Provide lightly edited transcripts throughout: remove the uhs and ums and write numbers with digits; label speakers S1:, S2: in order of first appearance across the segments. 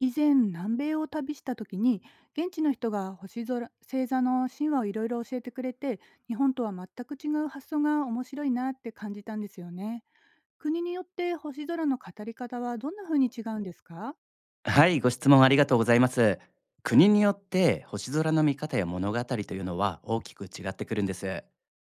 S1: 以前南米を旅した時に現地の人が星空星座の神話をいろいろ教えてくれて、日本とは全く違う発想が面白いなって感じたんですよね。国によって星空の語り方はどんな風に違うんですか？
S2: はい、ご質問ありがとうございます。国によって星空の見方や物語というのは大きく違ってくるんです。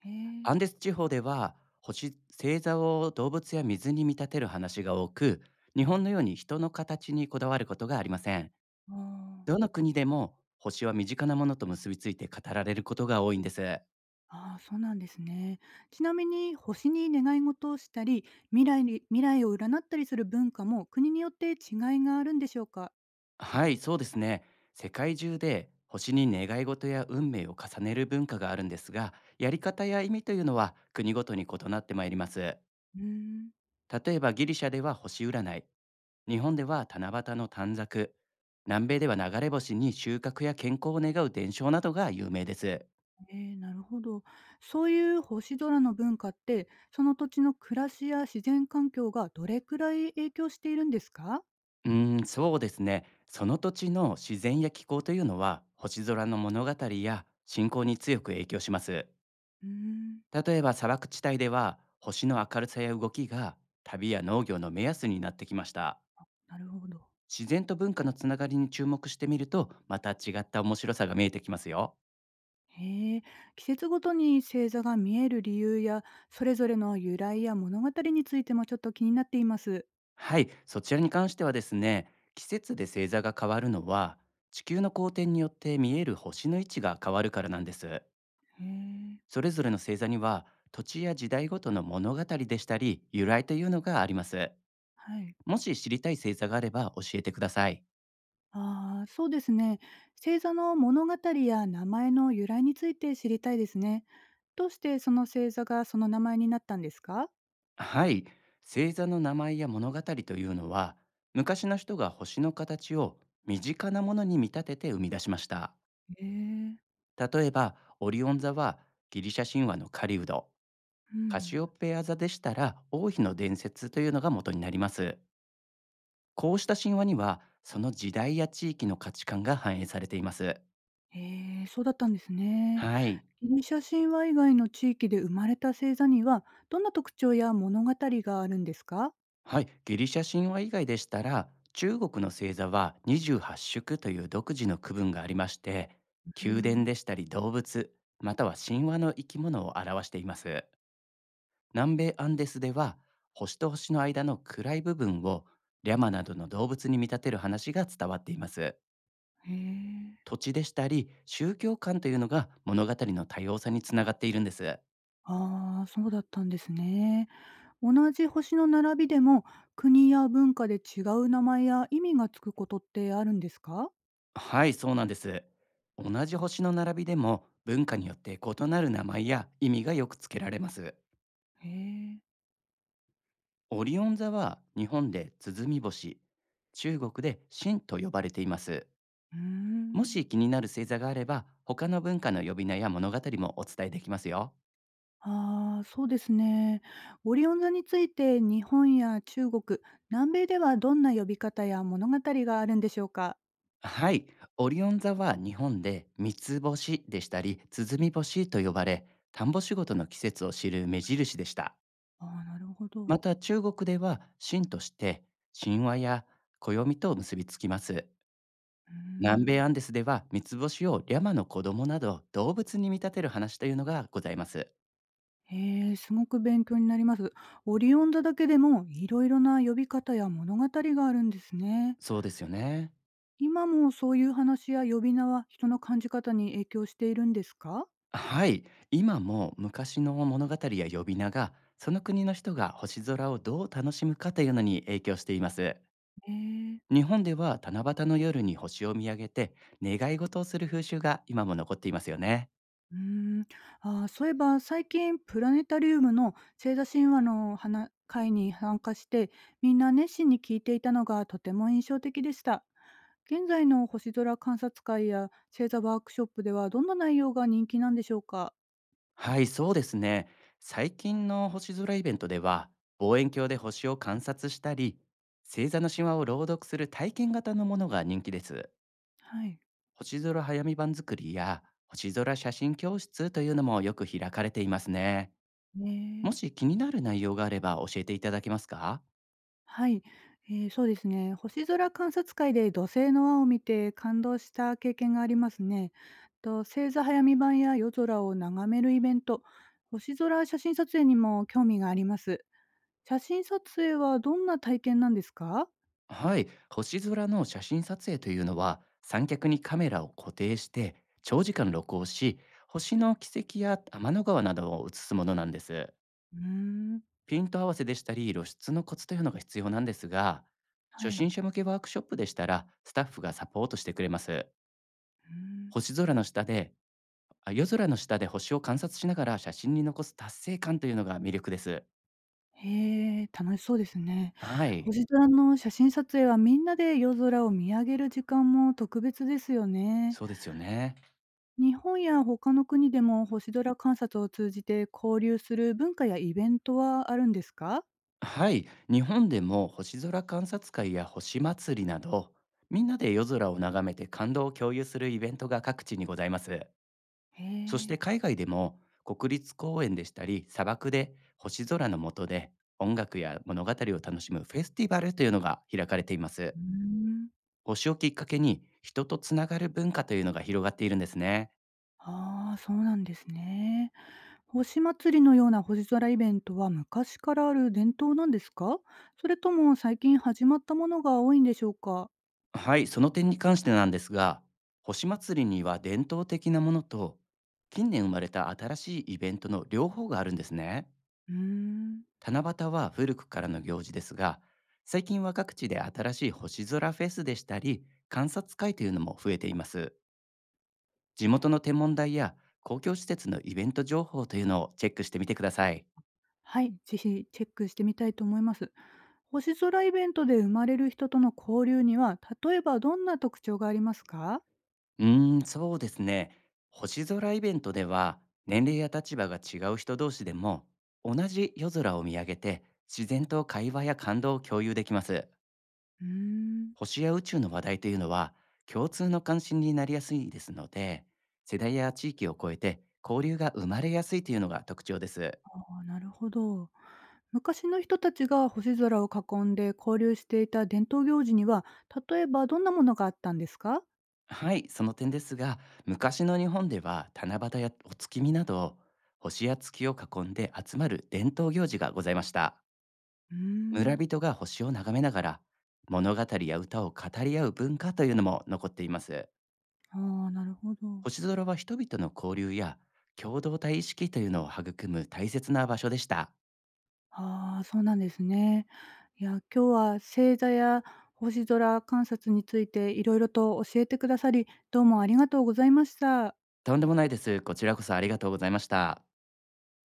S1: へえ、
S2: アンデス地方では星星座を動物や水に見立てる話が多く、日本のように人の形にこだわることがありません。
S1: あー、
S2: どの国でも星は身近なものと結びついて語られることが多いんです。
S1: あーそうなんですね。ちなみに星に願い事をしたり、未来を占ったりする文化も国によって違いがあるんでしょうか？
S2: はい、そうですね。世界中で星に願い事や運命を重ねる文化があるんですが、やり方や意味というのは国ごとに異なってまいります。
S1: うーん、
S2: 例えばギリシャでは星占い、日本では七夕の短冊、南米では流れ星に収穫や健康を願う伝承などが有名です。
S1: ええ、なるほど。そういう星空の文化って、その土地の暮らしや自然環境がどれくらい影響しているんですか？
S2: うーん、そうですね。その土地の自然や気候というのは星空の物語や信仰に強く影響します。
S1: うーん、
S2: 例えば砂漠地帯では星の明るさや動きが旅や農業の目安になってきました。
S1: なるほど。
S2: 自然と文化のつながりに注目してみるとまた違った面白さが見えてきますよ。
S1: へえ、季節ごとに星座が見える理由や、それぞれの由来や物語についてもちょっと気になっています。
S2: はい、そちらに関してはですね、季節で星座が変わるのは、地球の公転によって見える星の位置が変わるからなんです。
S1: へえ、
S2: それぞれの星座には、土地や時代ごとの物語でしたり、由来というのがあります。
S1: はい。
S2: もし知りたい星座があれば教えてください。
S1: ああ、そうですね。星座の物語や名前の由来について知りたいですね。どうしてその星座がその名前になったんですか？
S2: はい、星座の名前や物語というのは、昔の人が星の形を身近なものに見立てて生み出しました。
S1: へえ、
S2: 例えば、オリオン座はギリシャ神話の狩人。
S1: う
S2: カシ
S1: ん。
S2: オペア座でしたら王妃の伝説というのが元になります。こうした神話にはその時代や地域の価値観が反映されています。
S1: へえ、そうだったんですね。
S2: はい。
S1: ギリシャ神話以外の地域で生まれた星座には、どんな特徴や物語があるんですか？
S2: はい。ギリシャ神話以外でしたら中国の星座は28宿という独自の区分がありまして、
S1: うー
S2: 宮殿
S1: ん、
S2: でしたり動物または神話の生き物を表しています。南米アンデスでは星と星の間の暗い部分をリャマなどの動物に見立てる話が伝わっています。
S1: へえ。
S2: 土地でしたり宗教観というのが物語の多様さにつながっているんです。
S1: ああ、そうだったんですね。同じ星の並びでも、国や文化で違う名前や意味がつくことってあるんですか？
S2: はい、そうなんです。同じ星の並びでも文化によって異なる名前や意味がよく付けられます。
S1: へえ、
S2: オリオン座は日本で鼓星、中国で神と呼ばれています。
S1: うー
S2: も
S1: ん。
S2: し気になる星座があれば他の文化の呼び名や物語もお伝えできますよ。
S1: ああ、そうですね。オリオン座について、日本や中国、南米ではどんな呼び方や物語があるんでしょうか？
S2: はい。オリオン座は日本で三つ星でしたり、鼓星と呼ばれ、田んぼ仕事の季節を知る目印でした。
S1: ああ、なるほ
S2: ま
S1: ど。
S2: た中国では神として神話や暦と結びつきます。
S1: うー
S2: 南米
S1: ん。
S2: アンデスでは三つ星をリャマの子供など動物に見立てる話というのがございます。
S1: へえ、すごく勉強になります。オリオン座だけでもいろいろな呼び方や物語があるんですね。
S2: そうですよね。
S1: 今もそういう話や呼び名は人の感じ方に影響しているんですか？
S2: はい。今も昔の物語や呼び名がその国の人が星空をどう楽しむかというのに影響しています。
S1: へえ。
S2: 日本では七夕の夜に星を見上げて願い事をする風習が今も残っていますよね。
S1: うーん。ああ、そういえば最近プラネタリウムの星座神話のは会に参加して、みんな熱心に聞いていたのがとても印象的でした。現在の星空観察会や星座ワークショップではどんな内容が人気なんでしょうか？
S2: はい、そうですね。最近の星空イベントでは望遠鏡で星を観察したり星座の神話を朗読する体験型のものが人気です。
S1: はい。
S2: 星空早見版作りや星空写真教室というのもよく開かれていますね。も
S1: ね
S2: し
S1: え。
S2: 気になる内容があれば教えていただけますか。
S1: はい。そうですね。星空観察会で土星の輪を見て感動した経験がありますね。と、星座早見版や夜空を眺めるイベント、星空写真撮影にも興味があります。写真撮影はどんな体験なんですか？
S2: はい、星空の写真撮影というのは三脚にカメラを固定して長時間録音し、星の軌跡や天の川などを写すものなんです。
S1: うーん、
S2: ピント合わせでしたり露出のコツというのが必要なんですが、
S1: は
S2: 初心
S1: い。
S2: 者向けワークショップでしたらスタッフがサポートしてくれます。
S1: うーん。
S2: 星空の下で、あ、夜空の下で星を観察しながら写真に残す達成感というのが魅力です。
S1: へえ、楽しそうですね。
S2: はい、
S1: 星空の写真撮影はみんなで夜空を見上げる時間も特別ですよね。
S2: そうですよね。
S1: 日本や他の国でも星空観察を通じて交流する文化やイベントはあるんですか？
S2: はい、日本でも星空観察会や星祭りなど、みんなで夜空を眺めて感動を共有するイベントが各地にございます。
S1: へ
S2: そして
S1: え。
S2: 海外でも国立公園でしたり砂漠で星空の下で音楽や物語を楽しむフェスティバルというのが開かれています。
S1: うーん。
S2: 星をきっかけに人とつながる文化というのが広がっているんですね。
S1: ああ、そうなんですね。星祭りのような星空イベントは昔からある伝統なんですか？それとも最近始まったものが多いんでしょうか？
S2: はい、その点に関してなんですが、星祭りには伝統的なものと近年生まれた新しいイベントの両方があるんですね。
S1: うーん。
S2: 七夕は古くからの行事ですが、最近は各地で新しい星空フェスでしたり、観察会というのも増えています。地元の天文台や公共施設のイベント情報というのをチェックしてみてください。
S1: はい、ぜひチェックしてみたいと思います。星空イベントで生まれる人との交流には、例えばどんな特徴がありますか？
S2: うーん、そうですね。星空イベントでは、年齢や立場が違う人同士でも、同じ夜空を見上げて、自然と会話や感動を共有できます。
S1: うーん。
S2: 星や宇宙の話題というのは、共通の関心になりやすいですので、世代や地域を超えて交流が生まれやすいというのが特徴です。
S1: ああ、なるほど。昔の人たちが星空を囲んで交流していた伝統行事には、例えばどんなものがあったんですか？
S2: はい、その点ですが、昔の日本では七夕やお月見など、星や月を囲んで集まる伝統行事がございました。
S1: うー
S2: 村
S1: ん。
S2: 人が星を眺めながら物語や歌を語り合う文化というのも残っています。
S1: ああ、なるほど。
S2: 星空は人々の交流や共同体意識というのを育む大切な場所でした。
S1: ああ、そうなんですね。いや、今日は星座や星空観察についていろいろと教えてくださり、どうもありがとうございました。
S2: とんでもないです。こちらこそありがとうございました。